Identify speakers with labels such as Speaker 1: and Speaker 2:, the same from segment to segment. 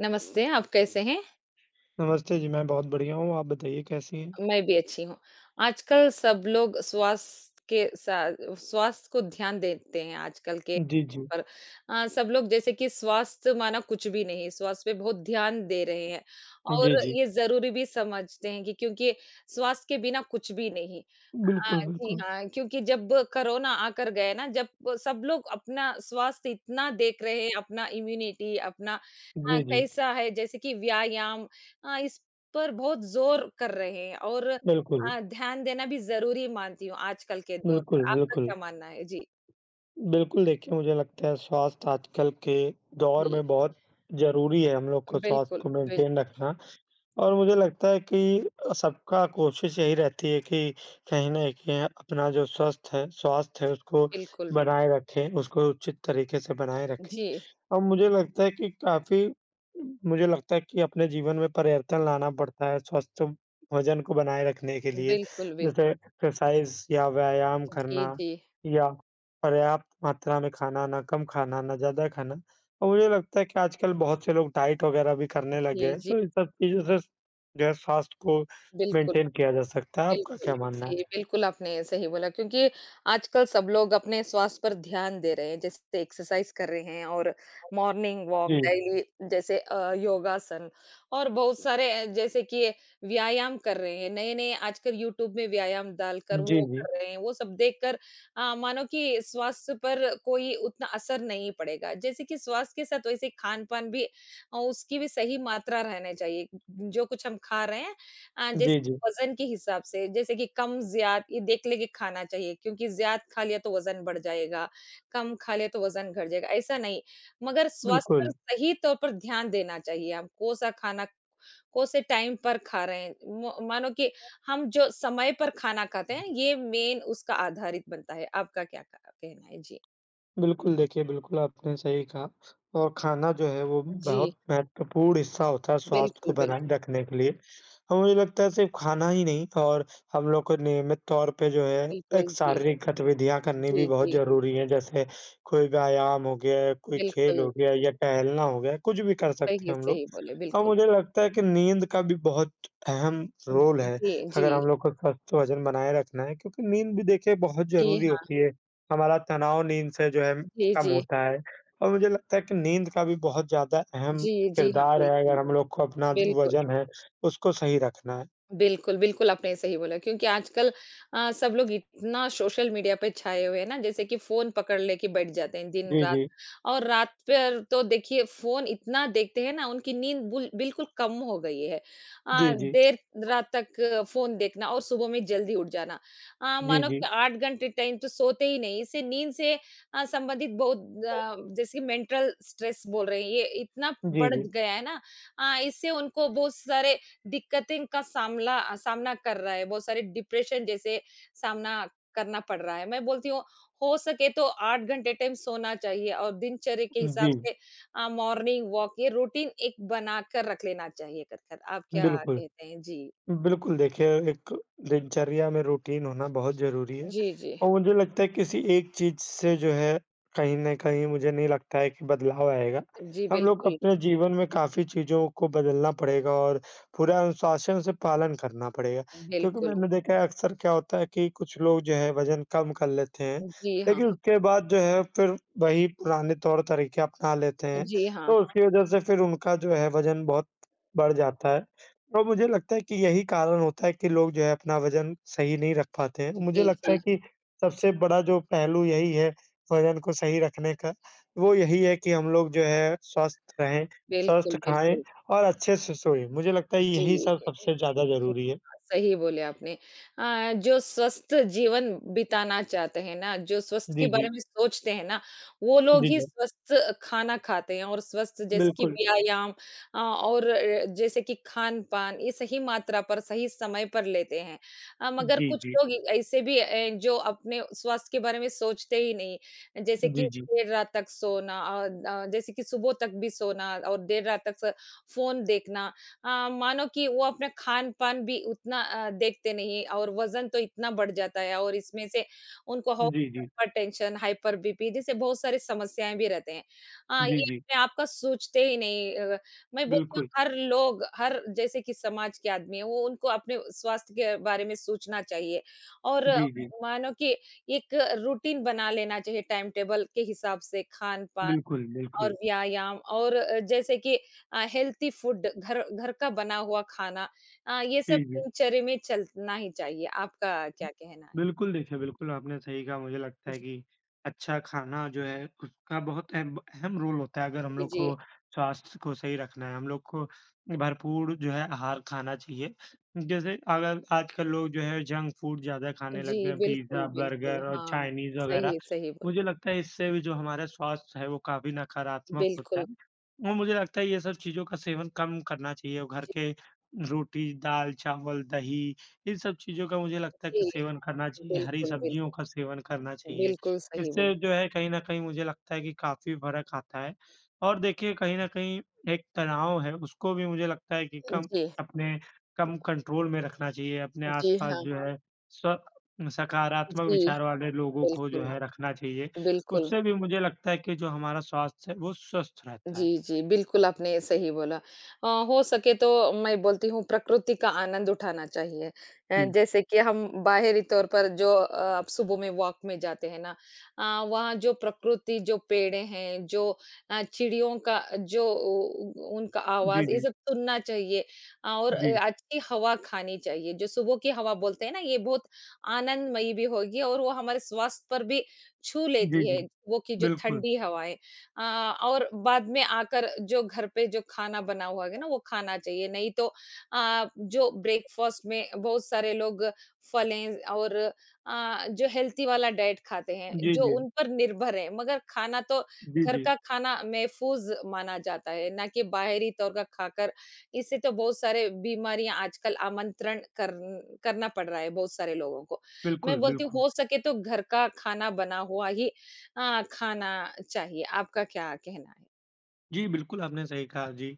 Speaker 1: नमस्ते, आप कैसे हैं?
Speaker 2: नमस्ते जी, मैं बहुत बढ़िया हूँ, आप बताइए कैसी हैं?
Speaker 1: मैं भी अच्छी हूँ। आजकल सब लोग स्वास्थ्य के सा स्वास्थ्य को ध्यान देते हैं आजकल के
Speaker 2: जी, जी।
Speaker 1: पर सब लोग जैसे कि स्वास्थ्य माना कुछ भी नहीं, स्वास्थ्य पे बहुत ध्यान दे रहे हैं
Speaker 2: जी,
Speaker 1: और
Speaker 2: जी।
Speaker 1: ये ज़रूरी भी समझते हैं कि क्योंकि स्वास्थ्य के बिना कुछ भी नहीं।
Speaker 2: बिल्कुल,
Speaker 1: जी
Speaker 2: बिल्कुल।
Speaker 1: हाँ, क्योंकि जब कोरोना आकर गए ना, जब सब लोग अपना स्वास्थ्य इतना देख रहे हैं, अपना इम्यूनिटी, अपना
Speaker 2: जी, जी।
Speaker 1: कैसा है जैसे कि व्यायाम इस पर बहुत ज़ोर कर रहे हैं और
Speaker 2: बिल्कुल,
Speaker 1: ध्यान देना भी ज़रूरी मानती हूँ आजकल के दौर
Speaker 2: बिल्कुल,
Speaker 1: पर। आपका
Speaker 2: बिल्कुल।
Speaker 1: क्या मानना है? जी,
Speaker 2: बिल्कुल, देखिए मुझे लगता है स्वास्थ्य आजकल के दौर
Speaker 1: जी।
Speaker 2: में बहुत ज़रूरी है हम लोग को स्वास्थ्य
Speaker 1: बिल्कुल,
Speaker 2: को
Speaker 1: बिल
Speaker 2: मेंटेन रखना। और मुझे लगता है कि सबका कोशिश यही रहती है कि कहीं न कहीं अपना जो स्वस्थ है स्वास्थ्य है उसको
Speaker 1: बिल्कुल, बिल्कुल।
Speaker 2: बनाए रखें, उसको उचित तरीके से बनाए रखें।
Speaker 1: जी,
Speaker 2: और मुझे लगता है कि काफ़ी मुझे लगता है कि अपने जीवन में परिवर्तन लाना पड़ता है स्वस्थ वज़न को बनाए रखने के लिए।
Speaker 1: बिल्कुल,
Speaker 2: जैसे
Speaker 1: बिल्कुल।
Speaker 2: एक्सरसाइज़ या व्यायाम
Speaker 1: जी,
Speaker 2: करना
Speaker 1: जी।
Speaker 2: या पर्याप्त मात्रा में खाना, ना कम खाना, ना ज़्यादा खाना। और मुझे लगता है कि आजकल बहुत से लोग डाइट वग़ैरह भी करने लग गए
Speaker 1: जी,
Speaker 2: हैं,
Speaker 1: जी,
Speaker 2: तो इन सब चीज़ों से ब्रेकफ़ास्ट को
Speaker 1: बिल्कुल।
Speaker 2: मेंटेन किया जा सकता है, आपका
Speaker 1: बिल्कुल,
Speaker 2: क्या मानना है?
Speaker 1: जी, बिल्कुल आपने सही बोला क्योंकि आजकल सब लोग अपने स्वास्थ्य पर ध्यान दे रहे हैं, जैसे एक्सरसाइज़ कर रहे हैं और मॉर्निंग वॉक
Speaker 2: जी,
Speaker 1: डेली जैसे योगासन और बहुत सारे जैसे कि व्यायाम कर रहे हैं, नए-नए आजकल यूट्यूब में व्यायाम डालकर
Speaker 2: जी,
Speaker 1: वो
Speaker 2: जी।
Speaker 1: कर रहे हैं, वो सब देखकर मानो कि स्वास्थ्य पर कोई उतना असर नहीं पड़ेगा। जैसे कि स्वास्थ्य के साथ वैसे खान-पान भी उसकी भी सही मात्रा रहना चाहिए, जो कुछ हम खा रहे हैं। हाँ,
Speaker 2: जी,
Speaker 1: जैसे कि
Speaker 2: जी,
Speaker 1: वज़न के हिसाब से, जैसे कि कम ज़्यात ये देख लेके खाना चाहिए क्योंकि ज़्यात खा लिया तो वज़न बढ़ जाएगा, कम खा लिया तो वज़न घट जाएगा, ऐसा नहीं। मगर स्वास्थ्य पर
Speaker 2: बिल्कुल।
Speaker 1: सही तौर पर ध्यान देना चाहिए हम, कौन-सा खाना कौन-से टाइम पर खा रहे हैं। म मानो कि हम जो समय पर खाना खाते हैं, ये मेन उसका आधारित बनता है। आपका क्या क कहना है? जी।
Speaker 2: बिल्कुल, देखिए बिल्कुल आपने सही कहा और खाना जो है वो
Speaker 1: जी,
Speaker 2: बहुत महत्वपूर्ण हिस्सा होता है स्वास्थ्य को
Speaker 1: बिल्कुल,
Speaker 2: बनाए
Speaker 1: बिल्कुल।
Speaker 2: रखने के लिए। और मुझे लगता है सिर्फ़ खाना ही नहीं और हम लोग को नियमित तौर पे जो है एक
Speaker 1: बिल्कुल, जी।
Speaker 2: शारीरिक गतिविधियाँ करनी भी
Speaker 1: जी,
Speaker 2: बहुत
Speaker 1: जी।
Speaker 2: ज़रूरी है। जैसे कोई व्यायाम हो गया, कोई खेल
Speaker 1: बिल्कुल,
Speaker 2: हो गया या टहलना हो गया, कुछ भी कर सकते
Speaker 1: सही,
Speaker 2: हैं हम लोग।
Speaker 1: सही बोले,
Speaker 2: और
Speaker 1: बिल्कुल।
Speaker 2: मुझे लगता है कि नींद का भी बहुत अहम रोल है,
Speaker 1: जी, जी।
Speaker 2: अगर हम लोग को स्वस्थ वज़न बनाए रखना है क्योंकि नींद भी देखिए बहुत
Speaker 1: जी,
Speaker 2: ज़रूरी
Speaker 1: हाँ।
Speaker 2: होती है। हमारा तनाव नींद से जो है
Speaker 1: जी,
Speaker 2: कम
Speaker 1: जी।
Speaker 2: होता है और मुझे लगता है कि नींद का भी बहुत ज़्यादा अहम
Speaker 1: जी, जी हाँ,
Speaker 2: किरदार है
Speaker 1: बिल्कुल,
Speaker 2: अगर हम लोग को अपना जो
Speaker 1: बिल्कुल।
Speaker 2: वज़न है उसको सही रखना है।
Speaker 1: बिल्कुल, बिल्कुल आपने सही बोला क्योंकि आजकल सब लोग इतना सोशल मीडिया पे छाए हुए हैं ना जैसे कि फ़ोन पकड़ लेके बैठ जाते हैं
Speaker 2: जी,
Speaker 1: दिन-रात।
Speaker 2: जी।
Speaker 1: और रात पर तो देखिए फ़ोन इतना देखते हैं ना उनकी नींद बुल बिल्कुल कम हो गई है।
Speaker 2: जी, जी।
Speaker 1: देर रात तक फ़ोन देखना और सुबह में जल्दी उठ जाना।
Speaker 2: जी,
Speaker 1: मानो
Speaker 2: जी।
Speaker 1: कि 8 घंटे टाइम तो सोते ही नहीं, इससे नींद से संबंधित बहुत जैसे मेंटल स्ट्रेस बोल रहे हैं ये इतना
Speaker 2: जी,
Speaker 1: बढ़
Speaker 2: जी।
Speaker 1: गया है ना। इससे उनको बहुत सारे दिक्कतें का सामना कर रहा है, बहुत सारे डिप्रेशन जैसे सामना करना पड़ रहा है। मैं बोलती हूँ हो सके तो 8 घंटे टाइम सोना चाहिए और दिनचर्या के हिसाब
Speaker 2: जी,
Speaker 1: से मॉर्निंग वॉक ये रूटीन एक बनाकर रख लेना चाहिए कर कर। आप क्या
Speaker 2: बिल्कुल।
Speaker 1: कहते हैं? जी।
Speaker 2: बिल्कुल, देखिए एक दिनचर्या में रूटीन होना बहुत ज़रूरी है
Speaker 1: जी, जी।
Speaker 2: और मुझे लगता है किसी एक चीज़ से जो है कहीं न कहीं मुझे नहीं लगता है कि बदलाव आएगा।
Speaker 1: जी,
Speaker 2: हम लोग
Speaker 1: बिल्कुल,
Speaker 2: अपने जीवन में काफ़ी चीज़ों को बदलना पड़ेगा और पूरे अनुशासन से पालन करना पड़ेगा। क्योंकि
Speaker 1: बिल्कुल।
Speaker 2: मैंने देखा है अक्सर क्या होता है कि कुछ लोग जो है वज़न कम कर लेते हैं,
Speaker 1: जी हाँ,
Speaker 2: लेकिन उसके बाद जो है फिर वही पुराने तौर तरीके अपना लेते हैं,
Speaker 1: जी हाँ।
Speaker 2: तो उसकी वज़ह से फिर उनका जो है वज़न बहुत बढ़ जाता है। और मुझे लगता है कि यही कारण होता है कि लोग जो है अपना वज़न सही नहीं रख पाते हैं। मुझे
Speaker 1: जी,
Speaker 2: लगता है
Speaker 1: जी।
Speaker 2: कि सबसे बड़ा जो पहलू यही है वज़न को सही रखने का, वो यही है कि हम लोग जो है स्वस्थ रहें, स्वस्थ
Speaker 1: बिल्कुल,
Speaker 2: खाएँ
Speaker 1: बिल्कुल।
Speaker 2: और अच्छे से सोएँ। मुझे लगता है
Speaker 1: जी,
Speaker 2: यही सब सबसे ज़्यादा
Speaker 1: जी,
Speaker 2: ज़रूरी है।
Speaker 1: सही बोले आपने। जो स्वस्थ जीवन बिताना चाहते हैं ना, जो स्वस्थ के
Speaker 2: जी,
Speaker 1: बारे
Speaker 2: जी।
Speaker 1: में सोचते हैं ना, वो लोग
Speaker 2: जी,
Speaker 1: ही
Speaker 2: जी।
Speaker 1: स्वस्थ खाना खाते हैं और स्वस्थ जैसे कि
Speaker 2: बिल्कुल।
Speaker 1: व्यायाम और जैसे कि खान-पान ये सही मात्रा पर, सही समय पर लेते हैं। मगर
Speaker 2: जी,
Speaker 1: कुछ
Speaker 2: जी।
Speaker 1: लोग ऐसे भी जो अपने स्वास्थ्य के बारे में सोचते ही नहीं, जैसे कि
Speaker 2: जी, जी।
Speaker 1: देर रात तक सोना और जैसे कि सुबह तक भी सोना और देर रात तक स फ़ोन देखना। मानो कि वो अपना खान-पान भी उतना देखते नहीं और वज़न तो इतना बढ़ जाता है और इसमें से उनको हो
Speaker 2: जी, जी।
Speaker 1: हाइपरटेंशन, हाइपर बीपी जैसे बहुत सारी समस्याएँ भी रहते हैं।
Speaker 2: जी,
Speaker 1: ये
Speaker 2: जी।
Speaker 1: अपने आप का सोचते ही नहीं। मैं बोलती
Speaker 2: बिल्कुल।
Speaker 1: हूँ हर लोग हर जैसे कि समाज के आदमी हैं वो उनको अपने स्वास्थ्य के बारे में सोचना चाहिए और
Speaker 2: जी, जी।
Speaker 1: मानो कि एक रूटीन बना लेना चाहिए टाइम टेबल के हिसाब से खान-पान
Speaker 2: बिल्कुल,
Speaker 1: और
Speaker 2: बिल्कुल।
Speaker 1: व्यायाम और जैसे कि हेल्थी फूड घर घर का बना हुआ खाना। ये सब
Speaker 2: जी, जी।
Speaker 1: दिनचर्या में चलना ही चाहिए। आपका क्या कहना है?
Speaker 2: बिल्कुल, देखिए बिल्कुल आपने सही कहा, मुझे लगता है
Speaker 1: जी,
Speaker 2: कि अच्छा खाना जो है उसका बहुत अहम अहम रोल होता है अगर हम
Speaker 1: जी,
Speaker 2: लोग
Speaker 1: जी।
Speaker 2: को स्वास्थ्य को सही रखना है, हम लोग को भरपूर जो है आहार खाना चाहिए। जैसे अगर आजकल लोग जो है जंक फूड ज़्यादा खाने
Speaker 1: जी,
Speaker 2: लग गए हैं,
Speaker 1: बिल्कुल,
Speaker 2: पिज़्ज़ा,
Speaker 1: बिल्कुल।
Speaker 2: बर्गर और
Speaker 1: हाँ,
Speaker 2: चाइनीज़ वग़ैरह।
Speaker 1: सही, सही बोला।
Speaker 2: मुझे लगता है इससे भी जो हमारा स्वास्थ्य है वो काफ़ी नकारात्मक होता
Speaker 1: बिल्कुल,
Speaker 2: है और मुझे लगता है ये सब चीज़ों का सेवन कम करना चाहिए और घर
Speaker 1: जी,
Speaker 2: के रोटी, दाल, चावल, दही इन सब चीज़ों का मुझे लगता है
Speaker 1: जी।
Speaker 2: कि सेवन करना चाहिए, हरी
Speaker 1: बिल्कुल,
Speaker 2: सब्जियों
Speaker 1: बिल्कुल,
Speaker 2: का सेवन करना चाहिए।
Speaker 1: बिल्कुल सही बोला।
Speaker 2: इससे जो है कहीं न कहीं मुझे लगता है कि काफ़ी फ़र्क आता है और देखिए कहीं न कहीं एक तनाव है उसको भी मुझे लगता है कि कम
Speaker 1: जी,
Speaker 2: अपने कम कंट्रोल में रखना चाहिए। अपने
Speaker 1: जी
Speaker 2: आस-पास
Speaker 1: हाँ,
Speaker 2: जो है स्व सकारात्मक
Speaker 1: जी,
Speaker 2: विचार वाले लोगों को जो
Speaker 1: बिल्कुल,
Speaker 2: है रखना चाहिए।
Speaker 1: बिल्कुल।
Speaker 2: उससे भी मुझे लगता है कि जो हमारा स्वास्थ्य है वो स्वस्थ रहता है।
Speaker 1: जी, जी, बिल्कुल आपने सही बोला। हो सके तो मैं बोलती हूँ प्रकृति का आनंद उठाना चाहिए।
Speaker 2: जी,
Speaker 1: जैसे कि हम बाहरी तौर पर जो आप सुबह में वॉक में जाते हैं ना। अ, वहाँ जो प्रकृति, जो पेड़ें हैं, जो चिड़ियों का जो उ उनका
Speaker 2: जी,
Speaker 1: आवाज़ ये
Speaker 2: जी,
Speaker 1: सब सुनना चाहिए। अ, और
Speaker 2: जी,
Speaker 1: अ, अच्छी हवा खानी चाहिए। जो सुबह की हवा बोलते हैं ना ये बहुत आनंदमयी भी होगी और वो हमारे स्वास्थ्य पर भी छू
Speaker 2: जी,
Speaker 1: लेती
Speaker 2: जी,
Speaker 1: है, वो की जो
Speaker 2: बिल्कुल।
Speaker 1: ठंडी हवाएँ। अ, और बाद में आकर जो घर पे जो खाना बना हुआ है ना वो खाना चाहिए नहीं तो जो ब्रेकफास्ट में बहुत सारे लोग फलें और जो हेल्थी वाला डाइट खाते हैं
Speaker 2: जी,
Speaker 1: जो
Speaker 2: जी,
Speaker 1: उन पर निर्भर है मगर खाना तो
Speaker 2: जी,
Speaker 1: घर
Speaker 2: जी,
Speaker 1: का खाना महफूज माना जाता है ना कि बाहरी तौर का खाकर। इससे तो बहुत सारे बीमारियां आजकल आमंत्रण करना पड़ रहा है बहुत सारे लोगों को। मैं
Speaker 2: बिल्कुल,
Speaker 1: बोलती हूँ
Speaker 2: बिल्कुल।
Speaker 1: हो सके तो घर का खाना बना हुआ ही हाँ, खाना चाहिए, आपका क्या कहना है?
Speaker 2: जी, बिल्कुल आपने सही कहा जी,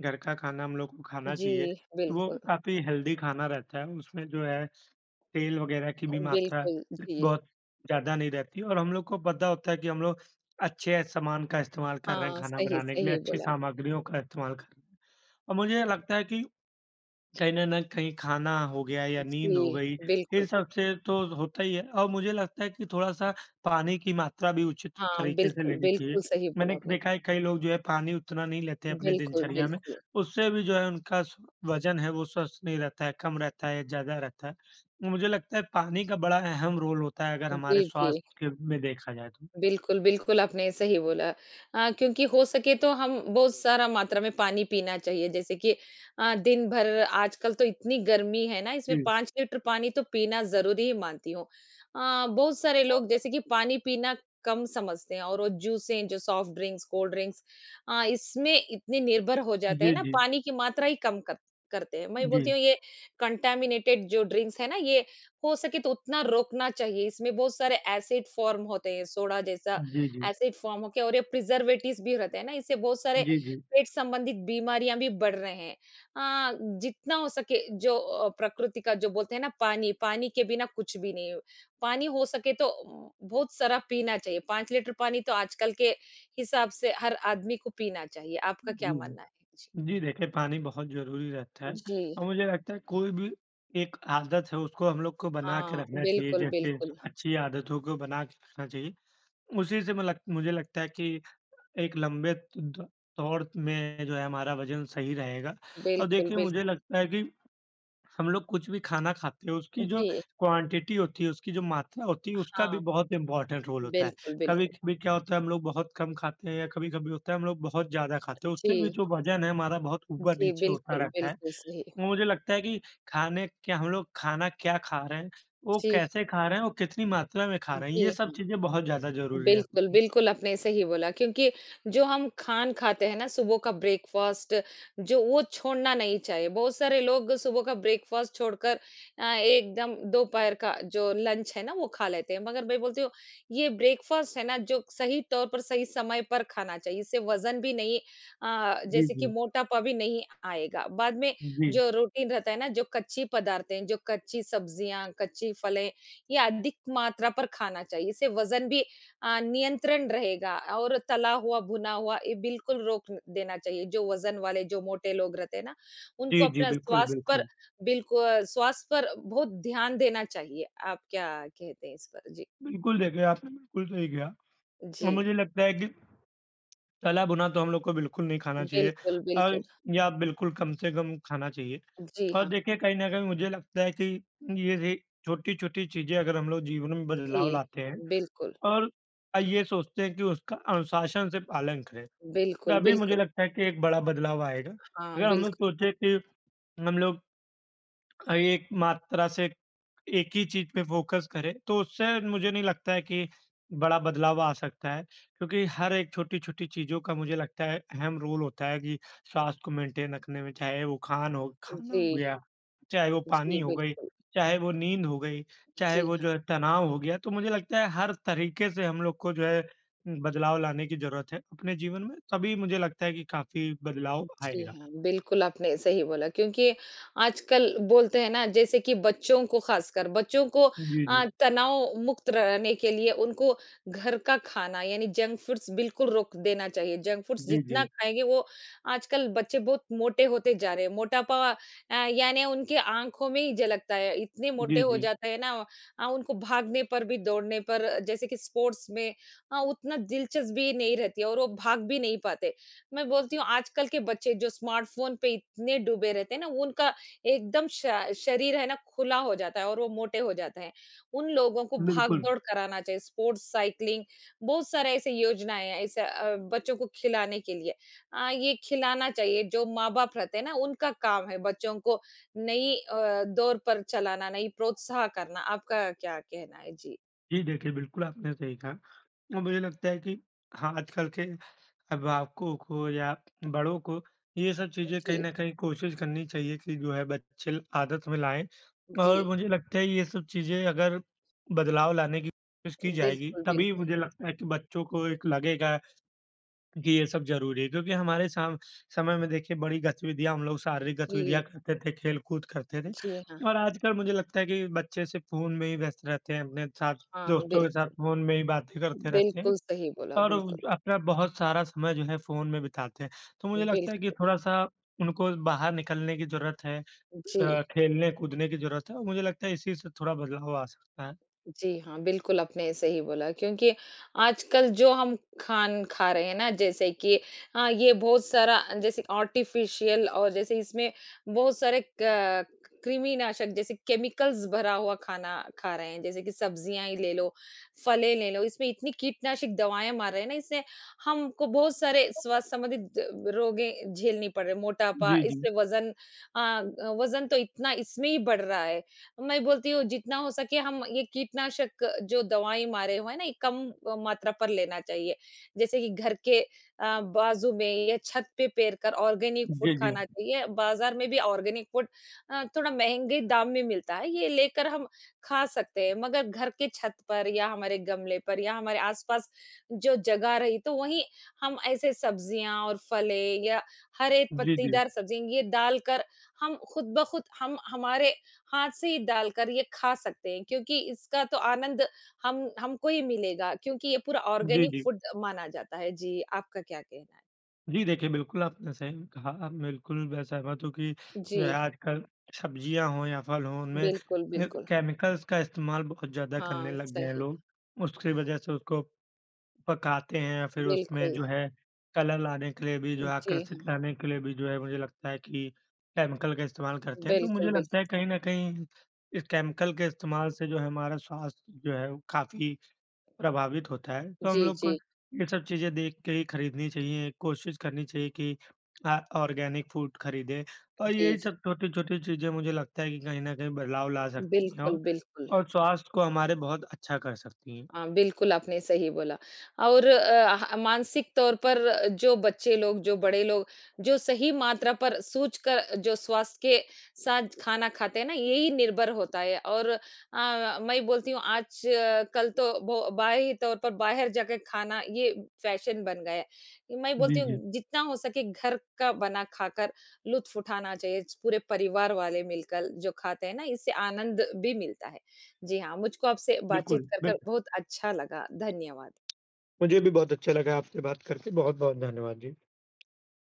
Speaker 2: घर का खाना हम लोग को खाना चाहिए।
Speaker 1: जी,
Speaker 2: वो
Speaker 1: बिल्कुल,
Speaker 2: काफ़ी हेल्दी खाना रहता है, उसमें जो है तेल वगैरह की भी मात्रा
Speaker 1: बिल्कुल, जी।
Speaker 2: बहुत ज़्यादा नहीं रहती और हम लोग को पता होता है कि हम लोग अच्छे सामान का इस्तेमाल कर रहे हैं
Speaker 1: हाँ,
Speaker 2: खाना
Speaker 1: सही
Speaker 2: बनाने के लिए,
Speaker 1: सही
Speaker 2: अच्छी
Speaker 1: बोला आप।
Speaker 2: सामग्रियों का इस्तेमाल कर रहे हैं। और मुझे लगता है कि कहीं न न कहीं खाना हो गया या नींद हो
Speaker 1: जी,
Speaker 2: गई, इन
Speaker 1: बिल्कुल।
Speaker 2: सब से तो होता ही है और मुझे लगता है कि थोड़ा-सा पानी की मात्रा भी उचित
Speaker 1: हाँ,
Speaker 2: तरीके से
Speaker 1: बिल्कुल,
Speaker 2: लेनी चाहिए।
Speaker 1: बिल्कुल सही बोला
Speaker 2: मैंने
Speaker 1: आपने।
Speaker 2: देखा है कई लोग जो है पानी उतना नहीं लेते हैं अपनी
Speaker 1: बिल्कुल,
Speaker 2: दिनचर्या में,
Speaker 1: बिल्कुल।
Speaker 2: उससे भी जो है उनका स वज़न है वो स्वस्थ नहीं रहता है, कम रहता है या ज़्यादा रहता है। मुझे लगता है पानी का बड़ा अहम रोल होता है अगर हमारे
Speaker 1: जी, जी।
Speaker 2: स्वास्थ्य के में देखा जाए तो।
Speaker 1: बिल्कुल, बिल्कुल, आपने सही बोला। क्योंकि हो सके तो हम बहुत सारा मात्रा में पानी पीना चाहिए, जैसे कि दिन भर आजकल तो इतनी गर्मी है ना,
Speaker 2: जी।
Speaker 1: इसमें 5 लीटर पानी तो पीना ज़रूरी ही मानती हूँ। बहुत सारे लोग जैसे कि पानी पीना कम समझते हैं और वो जूसें जो सॉफ्ट ड्रिंक्स, कोल्ड ड्रिंक्स, इसमें इतने निर्भर हो जाते हैं
Speaker 2: जी,
Speaker 1: ना,
Speaker 2: जी।
Speaker 1: पानी की मात्रा ही कम कर करते हैं। मैं
Speaker 2: जी।
Speaker 1: बोलती हूँ ये कंटामिनेटेड जो ड्रिंक्स है ना, ये हो सके तो उतना रोकना चाहिए। इसमें बहुत सारे एसिड फ़ॉर्म होते हैं, सोडा जैसा
Speaker 2: जी, जी।
Speaker 1: एसिड फ़ॉर्म होके और ये प्रिज़र्वेटिव्स भी रहते हैं ना, इससे बहुत सारे
Speaker 2: जी, जी। जी।
Speaker 1: पेट संबंधित बीमारियाँ भी बढ़ रहे हैं। अ, जितना हो सके जो प्रकृति का जो बोलते हैं ना पानी, पानी के बिना कुछ भी नहीं। पानी हो सके तो बहुत सारा पीना चाहिए। 5 लीटर पानी तो आजकल के हिसाब से हर आदमी को पीना चाहिए। आपका क्या
Speaker 2: जी
Speaker 1: मानना है? जी।
Speaker 2: जी देखिए, पानी बहुत ज़रूरी रहता है
Speaker 1: जी,
Speaker 2: और मुझे लगता है कोई भी एक आदत है उसको हम लोग को बना के
Speaker 1: हाँ,
Speaker 2: रखना चाहिए,
Speaker 1: बिल्कुल,
Speaker 2: जैसे
Speaker 1: बिल्कुल।
Speaker 2: अच्छी आदतों को बना के रखना चाहिए। उसी से मैं लग मुझे लगता है कि एक लंबे द दौर में जो है हमारा वज़न सही रहेगा और
Speaker 1: बिल्कुल,
Speaker 2: देखिए मुझे
Speaker 1: बिल्कुल।
Speaker 2: लगता है कि हम लोग कुछ भी खाना खाते हैं, उसकी जो
Speaker 1: जी,
Speaker 2: क्वांटिटी होती है, उसकी जो मात्रा होती है, उसका भी
Speaker 1: हाँ।
Speaker 2: बहुत इम्पोर्टेंट रोल होता है।
Speaker 1: बिल्कुल, बिल्कुल।
Speaker 2: कभी-कभी क्या होता है, हम लोग बहुत कम खाते हैं या कभी-कभी होता है, हम लोग बहुत ज़्यादा खाते हैं। उससे भी
Speaker 1: जी,
Speaker 2: जो वज़न है हमारा बहुत
Speaker 1: जी,
Speaker 2: ऊपर-नीचे होता
Speaker 1: बिल्कुल,
Speaker 2: रहता है।
Speaker 1: बिल्कुल सही।
Speaker 2: वो मुझे लगता है कि खाने क्या हम लोग खाना क्या खा रहे हैं, वो
Speaker 1: जी,
Speaker 2: कैसे खा रहे हैं और कितनी मात्रा में खा रहे हैं, ये
Speaker 1: जी
Speaker 2: सब
Speaker 1: हाँ।
Speaker 2: चीज़ें बहुत ज़्यादा ज़रूरी रहती
Speaker 1: बिल्कुल,
Speaker 2: हैं।
Speaker 1: बिल्कुल आपने सही बोला क्योंकि जो हम खान खाते हैं ना सुबह का ब्रेकफ़ास्ट जो वो छोड़ना नहीं चाहिए। बहुत सारे लोग सुबह का ब्रेकफ़ास्ट छोड़कर एकदम दोपहर का जो लंच है ना वो खा लेते हैं। मगर मैं बोलती हूँ ये ब्रेकफ़ास्ट है ना जो सही तौर पर सही समय पर खाना चाहिए। इससे वज़न भी नहीं,
Speaker 2: जी,
Speaker 1: जैसे कि
Speaker 2: जी।
Speaker 1: मोटापा भी नहीं आएगा। बाद में
Speaker 2: जी।
Speaker 1: जो रूटीन रहता है ना जो कच्ची पदार्थें, जो कच्ची सब्जियाँ, कच्ची फलें, ये अधिक मात्रा पर खाना चाहिए। इससे वज़न भी नियंत्रण रहेगा और तला हुआ, भुना हुआ ये बिल्कुल रोक न- देना चाहिए। जो वज़न वाले, जो मोटे लोग रहते हैं ना, उनको
Speaker 2: जी, जी,
Speaker 1: अपना
Speaker 2: बिल्कुल,
Speaker 1: स्वास्थ्य पर
Speaker 2: बिल्कुल।
Speaker 1: बिल्कु स्वास्थ्य पर बहुत ध्यान देना चाहिए। आप क्या कहते हैं इस पर? जी,
Speaker 2: बिल्कुल, देखिए आपने बिल्कुल सही कहा
Speaker 1: जी।
Speaker 2: और मुझे लगता है कि तला भुना तो हम लोग को बिल्कुल नहीं खाना चाहिए
Speaker 1: बिल्कुल,
Speaker 2: और
Speaker 1: बिल्कुल।
Speaker 2: या बिल्कुल कम से कम खाना चाहिए।
Speaker 1: जी
Speaker 2: और
Speaker 1: हाँ,
Speaker 2: देखिए कहीं न कहीं मुझे लगता है कि ये रे छोटी-छोटी चीज़ें अगर हम लोग जीवन में
Speaker 1: जी।
Speaker 2: बदलाव लाते हैं
Speaker 1: बिल्कुल,
Speaker 2: और ये सोचते हैं कि उसका अनुशासन से पालन करें,
Speaker 1: बिल्कुल,
Speaker 2: तभी मुझे
Speaker 1: बिल्कुल।
Speaker 2: लगता है कि एक बड़ा बदलाव आएगा।
Speaker 1: हाँ,
Speaker 2: अगर हम लोग
Speaker 1: बिल्कुल।
Speaker 2: सोचे कि हम लोग एक मात्रा से एक ही चीज़ पे फ़ोकस करें, तो उससे मुझे नहीं लगता है कि बड़ा बदलाव आ सकता है। क्योंकि हर एक छोटी-छोटी चीज़ों का मुझे लगता है अहम रोल होता है कि स्वास्थ्य को मेंटेन रखने में, चाहे वो खाना हो
Speaker 1: जी,
Speaker 2: गया, चाहे वो
Speaker 1: जी,
Speaker 2: पानी हो गई,
Speaker 1: बिल्कुल।
Speaker 2: चाहे वो नींद हो गई, चाहे
Speaker 1: जी
Speaker 2: वो
Speaker 1: हाँ।
Speaker 2: जो है तनाव हो गया। तो मुझे लगता है हर तरीके से हम लोग को जो है बदलाव लाने की ज़रूरत है अपने जीवन में, तभी मुझे लगता है कि काफ़ी बदलाव
Speaker 1: जी
Speaker 2: आएगा।
Speaker 1: हाँ, बिल्कुल आपने सही बोला क्योंकि आजकल बोलते हैं ना जैसे कि बच्चों को खासकर बच्चों को
Speaker 2: जी, जी।
Speaker 1: आ, तनाव मुक्त रहने के लिए उनको घर का खाना यानी जंक फूड्स बिल्कुल रोक देना चाहिए। जंक फूड्स
Speaker 2: जी,
Speaker 1: जितना
Speaker 2: जी।
Speaker 1: खाएंगे वो आजकल बच्चे बहुत मोटे होते जा रहे हैं। मोटापा आ, यानी उनके आंखों में ही झलकता है इतने मोटे
Speaker 2: जी,
Speaker 1: हो
Speaker 2: जी।
Speaker 1: जाता है ना। आ, उनको भागने पर भी दौड़ने पर जैसे कि स्पोर्ट्स में आ, उतना दिलचस्पी नहीं रहती है और वो भाग भी नहीं पाते। मैं बोलती हूँ आजकल के बच्चे जो स्मार्टफ़ोन पे इतने डूबे रहते हैं ना, उनका एकदम श शरीर है ना खुला हो जाता है और वो मोटे हो जाते हैं। उन लोगों को
Speaker 2: बिल्कुल।
Speaker 1: भाग-दौड़ कराना चाहिए, स्पोर्ट्स, साइक्लिंग बहुत सारे ऐसे योजनाएँ हैं, ऐसे बच्चों को खिलाने के लिए। ये खिलाना चाहिए जो माँ-बाप रहते हैं ना, उनका काम है बच्चों को नई दौर पर चलाना, नई प्रोत्साह करना। आपका क्या कहना है? जी,
Speaker 2: जी, देखिए बिल्कुल आपने सही कहा और मुझे लगता है कि हाँ, आजकल के अभिभावकों को या बड़ों को ये सब चीज़ें कहीं
Speaker 1: जी,
Speaker 2: न कहीं कोशिश करनी चाहिए कि जो है बच्चे आदत में लाएँ
Speaker 1: जी।
Speaker 2: और मुझे लगता है ये सब चीज़ें अगर बदलाव लाने की कोशिश की जाएगी,
Speaker 1: बिल्कुल,
Speaker 2: तभी
Speaker 1: बिल्कुल।
Speaker 2: मुझे लगता है कि बच्चों को एक लगेगा जी, ये सब ज़रूरी है क्योंकि हमारे साम समय में देखिए बड़ी गतिविधियाँ हम लोग शारीरिक
Speaker 1: जी,
Speaker 2: गतिविधियाँ करते थे, खेल-कूद करते थे
Speaker 1: जी हाँ,
Speaker 2: और आजकल मुझे लगता है कि बच्चे सिर्फ़ फ़ोन में ही व्यस्त रहते हैं, अपने साथ
Speaker 1: हाँ,
Speaker 2: दोस्तों के साथ
Speaker 1: बिल्कुल।
Speaker 2: फ़ोन में ही बातें करते रहते हैं
Speaker 1: बिल्कुल सही बोला,
Speaker 2: और
Speaker 1: बिल्कुल,
Speaker 2: अपना बहुत सारा समय जो है फ़ोन में बिताते हैं। तो मुझे लगता है कि
Speaker 1: बिल्कुल।
Speaker 2: थोड़ा-सा उनको बाहर निकलने की ज़रूरत है,
Speaker 1: जी।
Speaker 2: खेलने-कूदने की ज़रूरत है और मुझे लगता है इसी से थोड़ा बदलाव आ सकता है।
Speaker 1: जी हाँ, बिल्कुल आपने सही बोला क्योंकि आजकल जो हम खान खा रहे हैं ना जैसे कि हाँ, ये बहुत सारा जैसे आर्टिफ़िशियल और जैसे इसमें बहुत सारे क कृमिनाशक जैसे केमिकल्स भरा हुआ खाना खा रहे हैं, जैसे कि सब्जियाँ ही ले लो, फलें ले लो, इसमें इतनी कीटनाशक दवाएँ मार रहे हैं ना। इससे हमको बहुत सारे स्वास्थ्य संबंधित रोगें झेलनी पड़ रही है, मोटापा,
Speaker 2: जी, जी।
Speaker 1: इससे वज़न वज़न तो इतना इसमें ही बढ़ रहा है। मैं बोलती हूँ जितना हो सके हम ये कीटनाशक जो दवाएं मारे हुए हैं ना ये कम मात्रा पर लेना चाहिए। जैसे कि घर के बाजू में या छत पे पेर कर ऑर्गेनिक फूड
Speaker 2: जी, जी।
Speaker 1: खाना चाहिए। बाजार में भी ऑर्गेनिक फूड थोड़ा महंगे दाम में मिलता है ये लेकर हम खा सकते हैं मगर घर के छत पर या हमारे गमले पर या हमारे आसपास जो जगह रही तो वहीं हम ऐसे सब्जियां और फले या हरे
Speaker 2: जी, जी।
Speaker 1: पत्तीदार सब्जियां ये डालकर हम खुद ब खुद हम हमारे हाथ से ही डालकर ये खा सकते हैं क्योंकि इसका तो आनंद हम हमको ही मिलेगा क्योंकि ये पूरा
Speaker 2: जी,
Speaker 1: ऑर्गेनिक
Speaker 2: जी।
Speaker 1: फूड माना जाता है। जी, आपका क्या कहना है?
Speaker 2: जी, देखिए बिल्कुल आपने सही कहा, आप बिल्कुल मैं सहमत हूँ कि
Speaker 1: जी,
Speaker 2: जो है आजकल सब्जियाँ हों या फल हों उनमें
Speaker 1: बिल्कुल, बिल्कुल।
Speaker 2: केमिकल्स का इस्तेमाल बहुत ज़्यादा करने
Speaker 1: हाँ,
Speaker 2: लग गए हैं
Speaker 1: सही।
Speaker 2: लोग। उसकी वजह से उसको पकाते हैं या फिर उसमें
Speaker 1: बिल्कुल,
Speaker 2: जो है कलर लाने के लिए भी जो है
Speaker 1: जी हाँ,
Speaker 2: आकर्षित लाने के लिए भी जो है मुझे लगता है कि केमिकल का इस्तेमाल करते हैं। तो
Speaker 1: बिल्कुल,
Speaker 2: मुझे
Speaker 1: बिल्कुल।
Speaker 2: लगता है कहीं न कहीं इस केमिकल के इस्तेमाल से जो है हमारा स्वास्थ्य जो है वो काफ़ी प्रभावित होता है, तो हम
Speaker 1: जी,
Speaker 2: लोग को
Speaker 1: जी,
Speaker 2: ये सब चीज़ें देख के ही खरीदनी चाहिए, कोशिश करनी चाहिए कि ऑर्गेनिक फूड खरीदें और
Speaker 1: जी,
Speaker 2: ये
Speaker 1: जी।
Speaker 2: सब छोटी-छोटी चीज़ें मुझे लगता है कि कहीं न कहीं बदलाव ला सकती हैं
Speaker 1: बिल्कुल,
Speaker 2: और
Speaker 1: बिल्कुल।
Speaker 2: और स्वास्थ्य को हमारे बहुत अच्छा कर सकती हैं।
Speaker 1: हाँ, बिल्कुल आपने सही बोला और अ, ह मानसिक तौर पर जो बच्चे लोग, जो बड़े लोग, जो सही मात्रा पर सोच कर जो स्वास्थ्य के साथ खाना खाते हैं ना, यही निर्भर होता है और मैं बोलती हूँ आज कल तो बो बाहरी तौर पर बाहर जाके खाना ये फैशन बन गया है। मैं बोलती
Speaker 2: जी, जी।
Speaker 1: हूँ जितना हो सके घर का बना खाकर लुत्फ़ उठाना चाहिए, पूरे परिवार वाले मिलकर जो खाते हैं ना, इससे आनंद भी मिलता है। जी हाँ, मुझको आपसे बातचीत
Speaker 2: बिल्कुल,
Speaker 1: कर
Speaker 2: बिल्कुल।
Speaker 1: बहुत अच्छा लगा। धन्यवाद।
Speaker 2: मुझे भी बहुत अच्छा लगा आपसे बात करके, बहुत-बहुत धन्यवाद जी।